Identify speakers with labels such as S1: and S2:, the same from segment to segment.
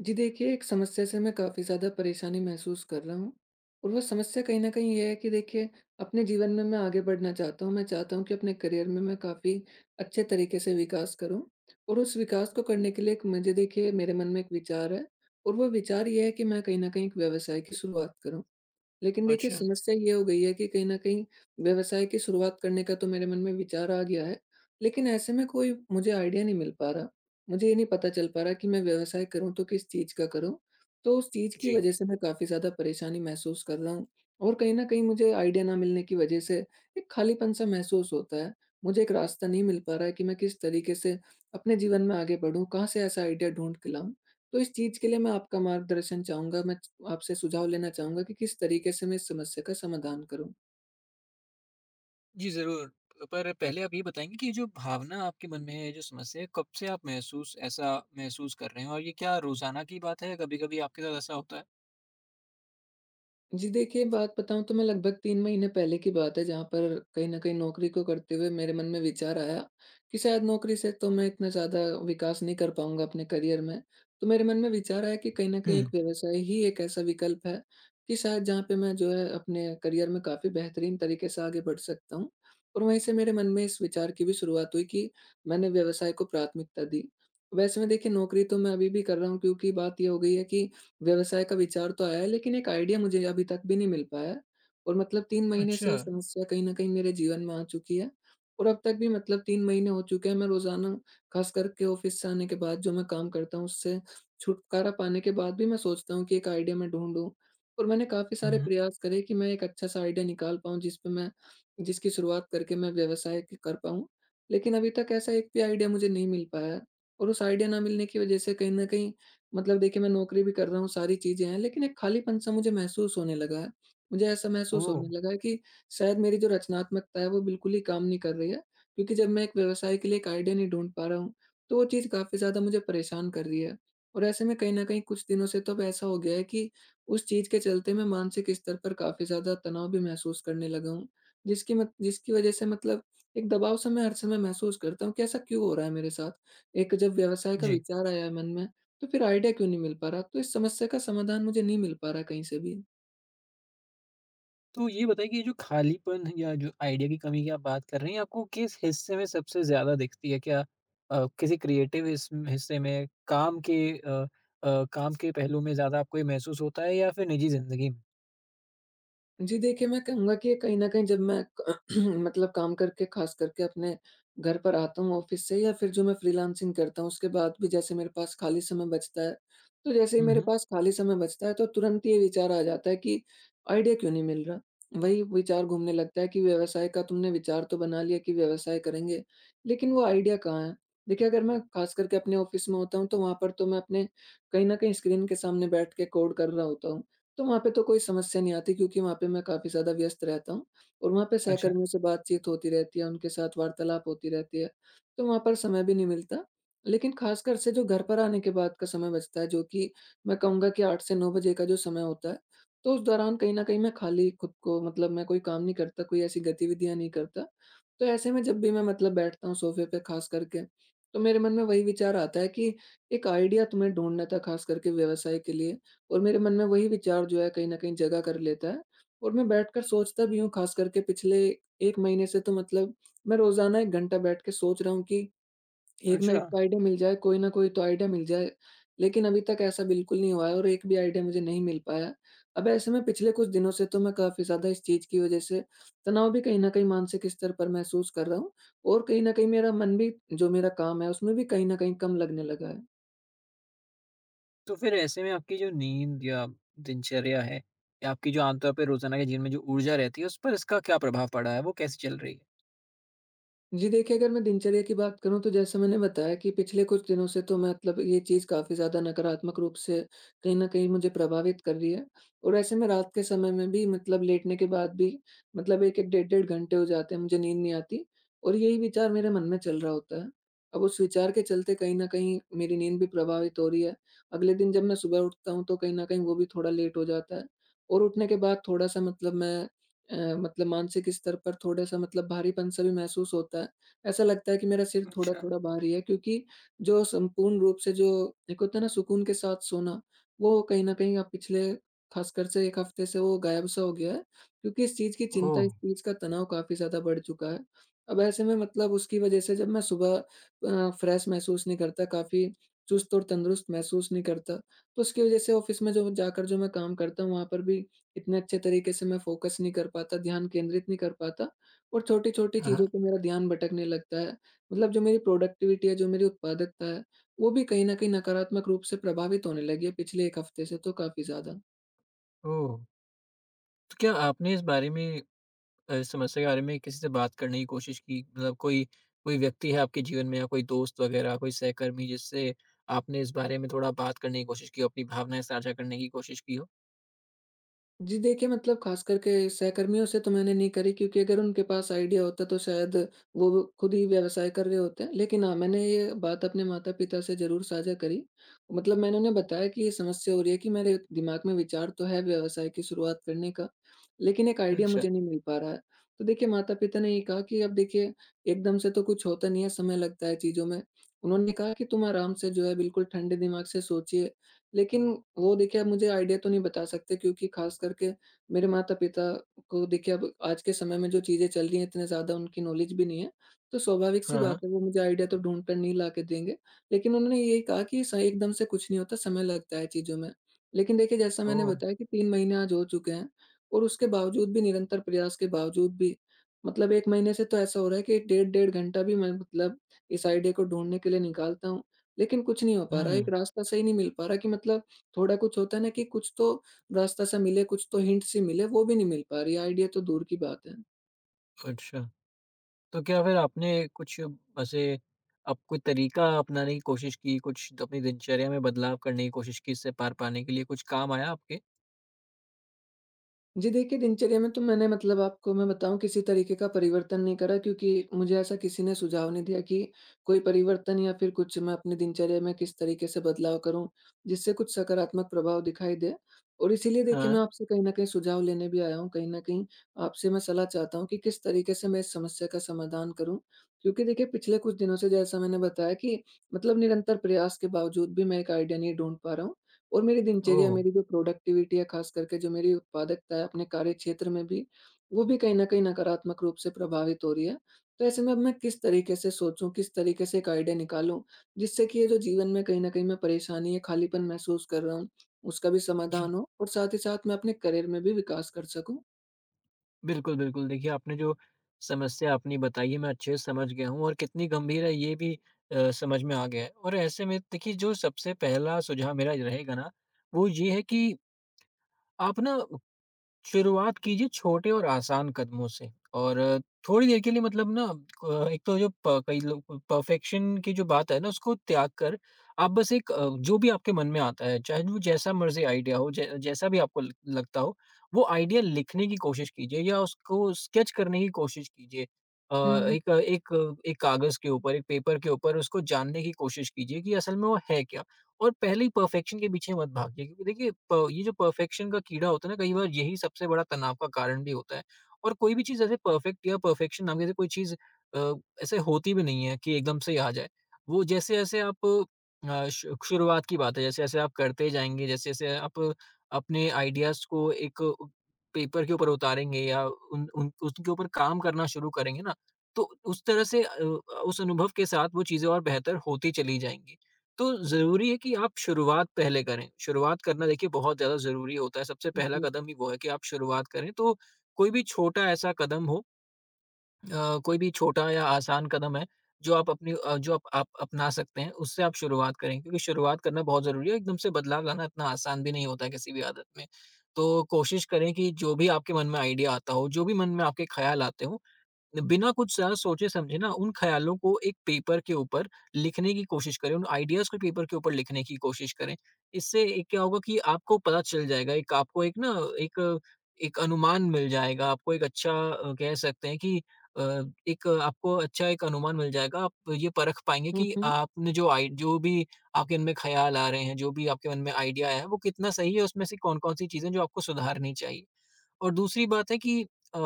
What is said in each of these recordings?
S1: जी देखिए, एक समस्या से मैं काफ़ी ज़्यादा परेशानी महसूस कर रहा हूँ और वो समस्या कहीं न कहीं ये है कि देखिए, अपने जीवन में मैं आगे बढ़ना चाहता हूँ। मैं चाहता हूँ कि अपने करियर में मैं काफ़ी अच्छे तरीके से विकास करूँ और उस विकास को करने के लिए एक मुझे देखिए, मेरे मन में एक विचार है और वो विचार ये है कि मैं कहीं न कहीं एक व्यवसाय की शुरुआत करूँ। लेकिन देखिए,
S2: अच्छा,
S1: समस्या ये हो गई है कि कहीं न कहीं व्यवसाय की शुरुआत करने का तो मेरे मन में विचार आ गया है, लेकिन ऐसे में कोई मुझे आइडिया नहीं मिल पा रहा। मुझे ये नहीं पता चल पा रहा कि मैं व्यवसाय करूँ तो किस चीज़ का करूँ? तो उस चीज़ की
S2: जी।
S1: वजह से मैं काफ़ी ज़्यादा परेशानी महसूस कर रहा हूँ और कहीं न कहीं मुझे आइडिया ना मिलने की वजह से एक खालीपन-सा महसूस होता है। मुझे एक रास्ता नहीं मिल पा रहा है कि मैं किस तरीके से अपने जीवन में आगे बढ़ूँ, कहाँ से ऐसा आइडिया ढूँढ के लाऊँ? तो इस चीज़ के लिए मैं आपका मार्गदर्शन चाहूँगा, मैं च आपसे सुझाव लेना चाहूँगा कि किस तरीके से मैं इस समस्या का समाधान करूँ?
S2: जी, ज़रूर। पर पहले आप ये बताएँगे कि ये जो भावना आपके मन में है, ये जो समस्या है, कब से आप महसूस ऐसा महसूस कर रहे हैं? और ये क्या रोज़ाना की बात है? कभी-कभी आपके साथ ऐसा होता है?
S1: जी देखिए, बात बताऊँ तो मैं लगभग 3 महीने पहले की बात है, जहाँ पर कहीं न कहीं नौकरी को करते हुए मेरे मन में विचार आया कि शायद नौकरी से तो मैं इतना ज़्यादा विकास नहीं कर पाऊँगा अपने करियर में। तो मेरे मन में विचार आया कि कहीं न कहीं
S2: हुँ।
S1: एक व्यवसाय ही एक ऐसा विकल्प है कि शायद जहाँ पे मैं जो है अपने करियर में काफ़ी बेहतरीन तरीके से आगे बढ़ सकता हूँ। और वहीं से मेरे मन में इस विचार की भी शुरुआत हुई कि मैंने व्यवसाय को प्राथमिकता दी। वैसे में देखिए, नौकरी तो मैं अभी भी कर रहा हूँ क्योंकि बात ये हो गई है कि व्यवसाय का विचार तो आया है, लेकिन एक आइडिया मुझे अभी तक भी नहीं मिल पाया है। और मतलब 3 महीने से
S2: अच्छा।
S1: ये समस्या कहीं न कहीं मेरे जीवन में आ चुकी है और अब तक भी मतलब 3 महीने हो चुके हैं, मैं रोज़ाना ख़ास करके ऑफ़िस से आने के बाद जो मैं काम करता हूँ, उससे छुटकारा पाने के बाद भी मैं सोचता हूँ कि एक आइडिया मैं ढूँढूँ। और मैंने काफ़ी सारे
S2: हुँ।
S1: प्रयास करे कि मैं एक अच्छा-सा आइडिया निकाल पाऊँ, जिस पे मैं जिसकी शुरुआत करके मैं व्यवसाय क कर पाऊँ। लेकिन अभी तक ऐसा एक भी आइडिया मुझे नहीं मिल पाया है और उस आइडिया ना मिलने की वज़ह से कहीं न कहीं मतलब देखिए, मैं नौकरी भी कर रहा हूँ, सारी चीज़ें हैं, लेकिन एक खालीपन-सा मुझे महसूस होने लगा है। मुझे ऐसा महसूस
S2: ओह!
S1: होने लगा है कि शायद मेरी जो रचनात्मकता है वो बिल्कुल ही काम नहीं कर रही है, क्योंकि जब मैं एक व्यवसाय के लिए एक आइडिया नहीं ढूँढ पा रहा हूँ, तो वो चीज़ काफ़ी ज़्यादा मुझे परेशान कर रही है। और ऐसे में कहीं न कहीं कुछ दिनों से तो अब ऐसा हो गया है कि उस चीज़ के चलते मैं मानसिक स्तर पर काफ़ी ज़्यादा तनाव भी महसूस करने लगा हूँ, जिसकी मत जिसकी वज़ह से मतलब एक दबाव-सा मैं हर समय महसूस करता हूँ कि ऐसा क्यों हो रहा है मेरे साथ? एक जब व्यवसाय का
S2: जी।
S1: विचार आया मन में, तो फिर आइडिया क्यों नहीं मिल पा रहा? तो इस समस्या का समाधान मुझे नहीं मिल पा रहा कहीं से भी।
S2: तो ये बताइए कि ये जो खालीपन या जो आइडिया की कमी की आप बात कर रहे हैं, आपको किस हिस्से में सबसे ज़्यादा दिखती है? क्या किसी क्रिएटिव हिस्से में, काम के पहलू में ज़्यादा आपको ये महसूस होता है या फिर निजी ज़िंदगी में?
S1: जी, देखिए, मैं कहूँगा कि कहीं न कहीं जब मैं मतलब काम करके ख़ास करके अपने घर पर आता हूँ ऑफ़िस से, या फिर जो मैं फ्रीलांसिंग करता हूँ उसके बाद भी जैसे मेरे पास खाली समय बचता है, तो जैसे ही
S2: हुँ,
S1: मेरे
S2: हुँ।
S1: पास खाली समय बचता है तो तुरंत ये विचार आ जाता है कि आइडिया क्यों नहीं मिल रहा? वही विचार घूमने लगता है कि व्यवसाय का तुमने विचार तो बना लिया कि व्यवसाय करेंगे, लेकिन वो आइडिया कहाँ है? देखिए, अगर मैं ख़ास करके अपने ऑफ़िस में होता हूँ तो वहाँ पर तो मैं अपने कहीं न कहीं स्क्रीन के सामने बैठ के कोड कर रहा होता हूँ। तो वहाँ पे तो कोई समस्या नहीं आती क्योंकि वहाँ पे मैं काफ़ी ज़्यादा व्यस्त रहता हूँ और वहाँ पे
S2: अच्छा,
S1: सहकर्मियों से बातचीत होती रहती है, उनके साथ वार्तालाप होती रहती है, तो वहाँ पर समय भी नहीं मिलता। लेकिन ख़ासकर से जो घर पर आने के बाद का समय बचता है, जो कि मैं कहूँगा कि 8 से 9 बजे का जो समय होता है, तो उस दौरान कहीं न कहीं मैं खाली खुद को मतलब मैं कोई काम नहीं करता, कोई ऐसी गतिविधियाँ नहीं करता। तो ऐसे में जब भी मैं मतलब बैठता हूँ सोफ़े पे ख़ास करके, तो मेरे मन में वही विचार आता है कि एक आइडिया तुम्हें ढूँढना था ख़ास करके व्यवसाय के लिए। और मेरे मन में वही विचार जो है कहीं न कहीं जगह कर लेता है और मैं बैठकर सोचता भी हूँ ख़ास करके पिछले 1 महीने से तो मतलब मैं रोज़ाना 1 घंटा बैठ के सोच रहा हूँ कि एक ना
S2: अच्छा।
S1: एक तो आइडिया मिल जाए, कोई ना कोई तो आइडिया मिल जाए। लेकिन अभी तक ऐसा बिल्कुल नहीं हुआ है और एक भी आइडिया मुझे नहीं मिल पाया। अब ऐसे में पिछले कुछ दिनों से तो मैं काफ़ी ज़्यादा इस चीज़ की वज़ह से तनाव भी कहीं न कहीं मानसिक स्तर पर महसूस कर रहा हूँ और कहीं न कहीं मेरा मन भी जो मेरा काम है उसमें भी कहीं न कहीं कम लगने लगा है।
S2: तो फिर ऐसे में आपकी जो नींद या दिनचर्या है, या आपकी जो आमतौर पर रोजाना के जीवन में जो ऊर्जा रहती है, उस पर इसका क्या प्रभाव पड़ा है, वो कैसे चल रही है?
S1: जी देखिए, अगर मैं दिनचर्या की बात करूँ तो जैसे मैंने बताया कि पिछले कुछ दिनों से तो मैं मतलब ये चीज़ काफ़ी ज़्यादा नकारात्मक रूप से कहीं न कहीं मुझे प्रभावित कर रही है। और ऐसे में रात के समय में भी मतलब लेटने के बाद भी मतलब 1-1 डेढ़-डेढ़ घंटे हो जाते हैं, मुझे नींद नहीं आती और यही विचार मेरे मन में चल रहा होता है। अब उस विचार के चलते कहीं न कहीं मेरी नींद भी प्रभावित हो रही है। अगले दिन जब मैं सुबह उठता हूँ तो कहीं न कहीं वो भी थोड़ा लेट हो जाता है और उठने के बाद थोड़ा-सा मतलब मैं अ, मतलब मानसिक स्तर पर थोड़ा-सा मतलब भारीपन-सा भी महसूस होता है। ऐसा लगता है कि मेरा सिर
S2: अच्छा।
S1: थोड़ा-थोड़ा भारी है, क्योंकि जो संपूर्ण रूप से जो एक होता है ना सुकून के साथ सोना, वो कहीं न कहीं अब पिछले ख़ासकर से 1 हफ़्ते से वो गायब-सा हो गया है क्योंकि इस चीज़ की चिंता,
S2: ओह।
S1: इस चीज़ का तनाव काफ़ी ज़्यादा बढ़ चुका है। अब ऐसे में मतलब उसकी वज़ह से जब मैं सुबह फ्रेश महसूस नहीं करता, काफ़ी चुस्त और तंदुरुस्त महसूस नहीं करता, तो उसकी वज़ह से ऑफ़िस में जो जाकर जो मैं काम करता हूँ, वहाँ पर भी इतने अच्छे तरीके से मैं फ़ोकस नहीं कर पाता, ध्यान केंद्रित नहीं कर पाता और छोटी-छोटी
S2: हाँ हाँ।
S1: चीज़ों पे मेरा ध्यान भटकने लगता है। मतलब जो मेरी प्रोडक्टिविटी है, जो मेरी उत्पादकता है, वो भी कहीं न कहीं नकारात्मक रूप से प्रभावित होने लगी है पिछले 1 हफ्ते से तो काफ़ी ज़्यादा।
S2: ओह। तो क्या आपने इस बारे में इस समस्या के बारे में किसी से बात करने की कोशिश की, मतलब कोई कोई व्यक्ति है आपके जीवन में, या कोई दोस्त वगैरह, कोई सहकर्मी जिससे आपने इस बारे में थोड़ा बात करने की कोशिश की हो, अपनी भावनाएं साझा करने की कोशिश की हो?
S1: जी देखिए, मतलब ख़ास करके सहकर्मियों से तो मैंने नहीं करी, क्योंकि अगर उनके पास आइडिया होता तो शायद वो खुद ही व्यवसाय कर रहे होते। लेकिन हाँ, मैंने ये बात अपने माता-पिता से ज़रूर साझा करी। मतलब मैंने उन्हें बताया कि ये समस्या हो रही है कि मेरे दिमाग में विचार तो है व्यवसाय की शुरुआत करने का, लेकिन एक आइडिया
S2: अच्छा।
S1: मुझे नहीं मिल पा रहा है। तो देखिए, माता-पिता ने ये कहा कि अब देखिए, एकदम से तो कुछ होता नहीं है, समय लगता है चीज़ों में। उन्होंने कहा कि तुम आराम से जो है बिल्कुल ठंडे दिमाग से सोचिए, लेकिन वो देखिए अब मुझे आइडिया तो नहीं बता सकते, क्योंकि ख़ास करके मेरे माता-पिता को देखिए अब आज के समय में जो चीज़ें चल रही हैं इतने ज़्यादा उनकी नॉलेज भी नहीं है। तो स्वाभाविक सी
S2: हाँ
S1: बात
S2: हाँ।
S1: है, वो मुझे आइडिया तो ढूँढ कर नहीं ला के देंगे। लेकिन उन्होंने यही कहा कि स एकदम से कुछ नहीं होता, समय लगता है चीज़ों में। लेकिन देखिए, जैसा मैंने
S2: ओह।
S1: बताया कि 3 महीने आज हो चुके हैं और उसके बावजूद भी, निरंतर प्रयास के बावजूद भी मतलब 1 महीने से तो ऐसा हो रहा है कि डेढ़-डेढ़ घंटा भी मैं मतलब इस आइडिया को ढूँढने के लिए निकालता हूँ। लेकिन कुछ नहीं हो पा रहा है, एक
S2: हम्म।
S1: रास्ता सही नहीं मिल पा रहा कि मतलब थोड़ा कुछ होता है ना कि कुछ तो रास्ता-सा मिले, कुछ तो हिंट-सी मिले, वो भी नहीं मिल पा रही है, आइडिया तो दूर की बात है।
S2: अच्छा। तो क्या फिर आपने कुछ ऐसे अब कोई तरीका अपनाने की कोशिश की, कुछ द अपनी दिनचर्या में बदलाव करने की कोशिश की, इससे पार पाने के लिए कुछ काम आया आपके?
S1: जी देखिए, दिनचर्या में तो मैंने मतलब आपको मैं बताऊँ किसी तरीके का परिवर्तन नहीं करा, क्योंकि मुझे ऐसा किसी ने सुझाव नहीं दिया कि कोई परिवर्तन या फिर कुछ मैं अपनी दिनचर्या में किस तरीके से बदलाव करूँ, जिससे कुछ सकारात्मक प्रभाव दिखाई दे। और इसीलिए देखिए, मैं
S2: हाँ।
S1: आपसे कहीं न कहीं सुझाव लेने भी आया हूँ, कहीं न कहीं आपसे मैं सलाह चाहता हूँ कि किस तरीके से मैं इस समस्या का समाधान करूँ। क्योंकि देखिए, पिछले कुछ दिनों से जैसा मैंने बताया कि मतलब निरंतर प्रयास के बावजूद भी मैं एक आइडिया नहीं ढूँढ पा रहा हूँ। और मेरी दिनचर्या,
S2: ओह!
S1: मेरी जो प्रोडक्टिविटी है, ख़ास करके जो मेरी उत्पादकता है अपने कार्यक्षेत्र में भी, वो भी कहीं न कहीं नकारात्मक रूप से प्रभावित हो रही है। तो ऐसे में अब मैं किस तरीके से सोचूँ, किस तरीके से एक आइडिया निकालूँ, जिससे कि ये जो जीवन में कहीं न कहीं मैं परेशानी या खालीपन महसूस कर रहा हूँ, उसका भी
S2: जी।
S1: समाधान हो और साथ ही साथ मैं अपने करियर में भी विकास कर सकूँ?
S2: बिल्कुल, बिल्कुल। देखिए, आपने जो समस्या अपनी बताई है, मैं अच्छे से समझ गया हूँ और कितनी गंभीर है, ये भी समझ में आ गया है। और ऐसे में देखिए, जो सबसे पहला सुझाव मेरा रहेगा ना, वो ये है कि आप ना शुरुआत कीजिए छोटे और आसान कदमों से, और थोड़ी देर के लिए मतलब ना एक तो जो कई लोग परफेक्शन की जो बात है ना, उसको त्याग कर आप बस एक जो भी आपके मन में आता है, चाहे वो जैसा मर्जी आइडिया हो, जैसा भी आपको लगता हो, वो आइडिया लिखने की कोशिश कीजिए या उसको स्केच करने की कोशिश कीजिए। अ,
S1: हुँ, हुँ।
S2: एक एक एक कागज के ऊपर, एक पेपर के ऊपर उसको जानने की कोशिश कीजिए कि असल में वो है क्या। और पहले ही परफेक्शन के पीछे मत भागिए, क्योंकि देखिए प ये जो परफेक्शन का कीड़ा होता है ना, कई बार यही सबसे बड़ा तनाव का कारण भी होता है। और कोई भी चीज़ ऐसे परफेक्ट, या परफेक्शन नाम की ऐसी कोई चीज़ अ, ऐसे होती भी नहीं है कि एकदम से ही आ जाए। वो जैसे-जैसे आप शु शुरुआत की बात है, जैसे-जैसे आप करते जाएँगे, जैसे-जैसे आप अपने आइडियाज़ को एक पेपर के ऊपर उतारेंगे, या उन उन उसके ऊपर काम करना शुरू करेंगे ना, तो उस तरह से उस अनुभव के साथ वो चीज़ें और बेहतर होती चली जाएँगी। तो ज़रूरी है कि आप शुरुआत पहले करें। शुरुआत करना देखिए बहुत ज़्यादा ज़रूरी होता है, सबसे पहला
S1: जी।
S2: कदम ही वो है कि आप शुरुआत करें। तो कोई भी छोटा ऐसा कदम हो, कोई भी छोटा या आसान कदम है जो आप अपनी जो आप अपना सकते हैं, उससे आप शुरुआत करें, क्योंकि शुरुआत करना बहुत ज़रूरी है। एकदम से बदलाव लाना इतना आसान भी नहीं होता है किसी भी आदत में। तो कोशिश करें कि जो भी आपके मन में आइडिया आता हो, जो भी मन में आपके ख़्याल आते हों, बिना कुछ ज़्यादा सोचे-समझे ना उन ख़्यालों को एक पेपर के ऊपर लिखने की कोशिश करें, उन आइडियाज़ को पेपर के ऊपर लिखने की कोशिश करें। इससे एक क्या होगा कि आपको पता चल जाएगा, एक आपको एक ना एक एक अनुमान मिल जाएगा, आपको एक अच्छा कह सकते हैं कि अ, एक आपको अच्छा एक अनुमान मिल जाएगा। आप ये परख पाएँगे
S1: हुँ,
S2: कि
S1: हुँ।
S2: आपने जो भी आपके मन में ख़्याल आ रहे हैं, जो भी आपके मन में आइडिया आया है, वो कितना सही है, उसमें से कौन-कौन सी चीज़ें हैं जो आपको सुधारनी चाहिए। और दूसरी बात है कि अ,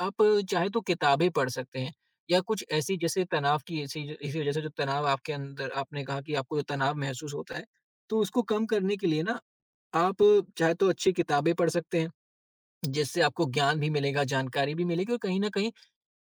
S2: आप चाहे तो किताबें पढ़ सकते हैं, या कुछ ऐसी जैसे तनाव की ऐसी इसी वजह से, जो तनाव आपके अंदर आपने कहा कि आपको जो तनाव महसूस होता है, तो उसको कम करने के लिए ना आप चाहे तो अच्छी किताबें पढ़ सकते हैं, जिससे आपको ज्ञान भी मिलेगा, जानकारी भी मिलेगी और कहीं न कहीं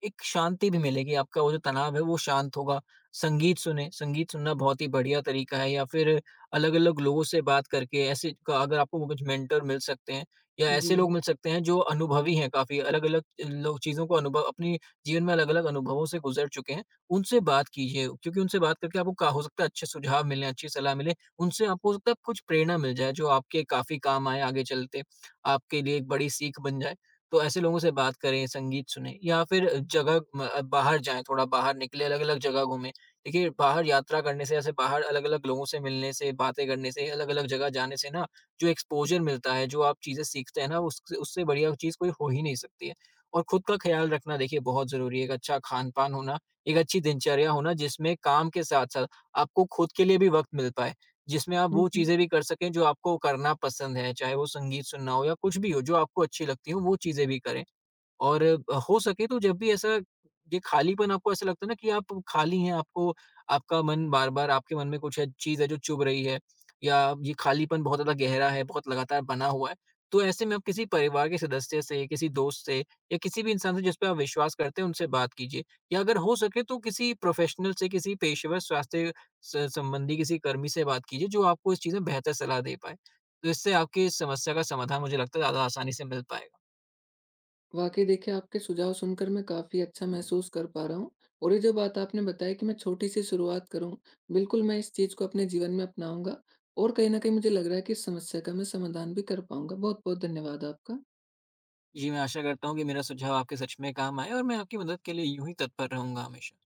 S2: एक शांति भी मिलेगी, आपका वो जो तनाव है वो शांत होगा। संगीत सुनें, संगीत सुनना बहुत ही बढ़िया तरीका है, या फिर अलग-अलग लोगों से बात करके ऐसे क अगर आपको वो कुछ मेंटर मिल सकते हैं या
S1: जी।
S2: ऐसे लोग मिल सकते हैं जो अनुभवी हैं काफ़ी, अलग-अलग लोग चीज़ों को अनुभव अपने जीवन में अलग-अलग अनुभवों से गुज़र चुके हैं, उनसे बात कीजिए, क्योंकि उनसे बात करके आपको का हो सकता है अच्छे सुझाव मिलें, अच्छी सलाह मिले। उनसे आपको हो सकता है कुछ प्रेरणा मिल जाए जो आपके काफ़ी काम आए आगे चलते, आपके लिए एक बड़ी सीख बन जाए। तो ऐसे लोगों से बात करें, संगीत सुनें या फिर बाहर जाएँ, थोड़ा बाहर निकलें, अलग-अलग जगह घूमें। देखिए, बाहर यात्रा करने से, ऐसे बाहर अलग-अलग लोगों से मिलने से, बातें करने से, अलग-अलग जगह जाने से ना, जो एक्सपोज़र मिलता है, जो आप चीज़ें सीखते हैं ना, उससे उससे बढ़िया चीज़ कोई हो ही नहीं सकती है। और खुद का ख़्याल रखना देखिए बहुत ज़रूरी है। एक अच्छा खान-पान होना, एक अच्छी दिनचर्या होना, जिसमें काम के साथ-साथ आपको खुद के लिए भी वक़्त मिल पाए। जिसमें आप
S1: हुँ,
S2: वो
S1: हुँ।
S2: चीज़ें भी कर सकें जो आपको करना पसंद है, चाहे वो संगीत सुनना हो या कुछ भी हो, जो आपको अच्छी लगती हो, वो चीज़ें भी करें। और हो सके तो जब भी ऐसा ये खालीपन आपको ऐसा लगता है ना कि आप खाली हैं, आपको आपका मन बार-बार आपके मन में कुछ है चीज़ है जो चुभ रही है, या ये खालीपन बहुत ज़्यादा गहरा है, बहुत लगातार बना हुआ है, तो ऐसे में आप किसी परिवार के सदस्य से, किसी दोस्त से या किसी भी इंसान से जिस पे आप विश्वास करते हैं उनसे बात कीजिए, या अगर हो सके तो किसी प्रोफ़ेशनल से, किसी पेशेवर स्वास्थ्य स संबंधी किसी कर्मी से बात कीजिए जो आपको इस चीज़ में बेहतर सलाह दे पाए। तो इससे आपकी इस समस्या का समाधान मुझे लगता है ज़्यादा आसानी से मिल पाएगा।
S1: वाक़ई देखिए, आपके सुझाव सुनकर मैं काफ़ी अच्छा महसूस कर पा रहा हूँ और ये जो बात आपने बताई कि मैं छोटी-सी शुरुआत करूँ, बिल्कुल मैं इस चीज़ को अपने जीवन में अपनाऊँगा और कहीं न कहीं मुझे लग रहा है कि इस समस्या का मैं समाधान भी कर पाऊँगा। बहुत-बहुत धन्यवाद आपका।
S2: जी, मैं आशा करता हूँ कि मेरा सुझाव आपके सच में काम आए, और मैं आपकी मदद के लिए यूँ ही तत्पर रहूँगा हमेशा।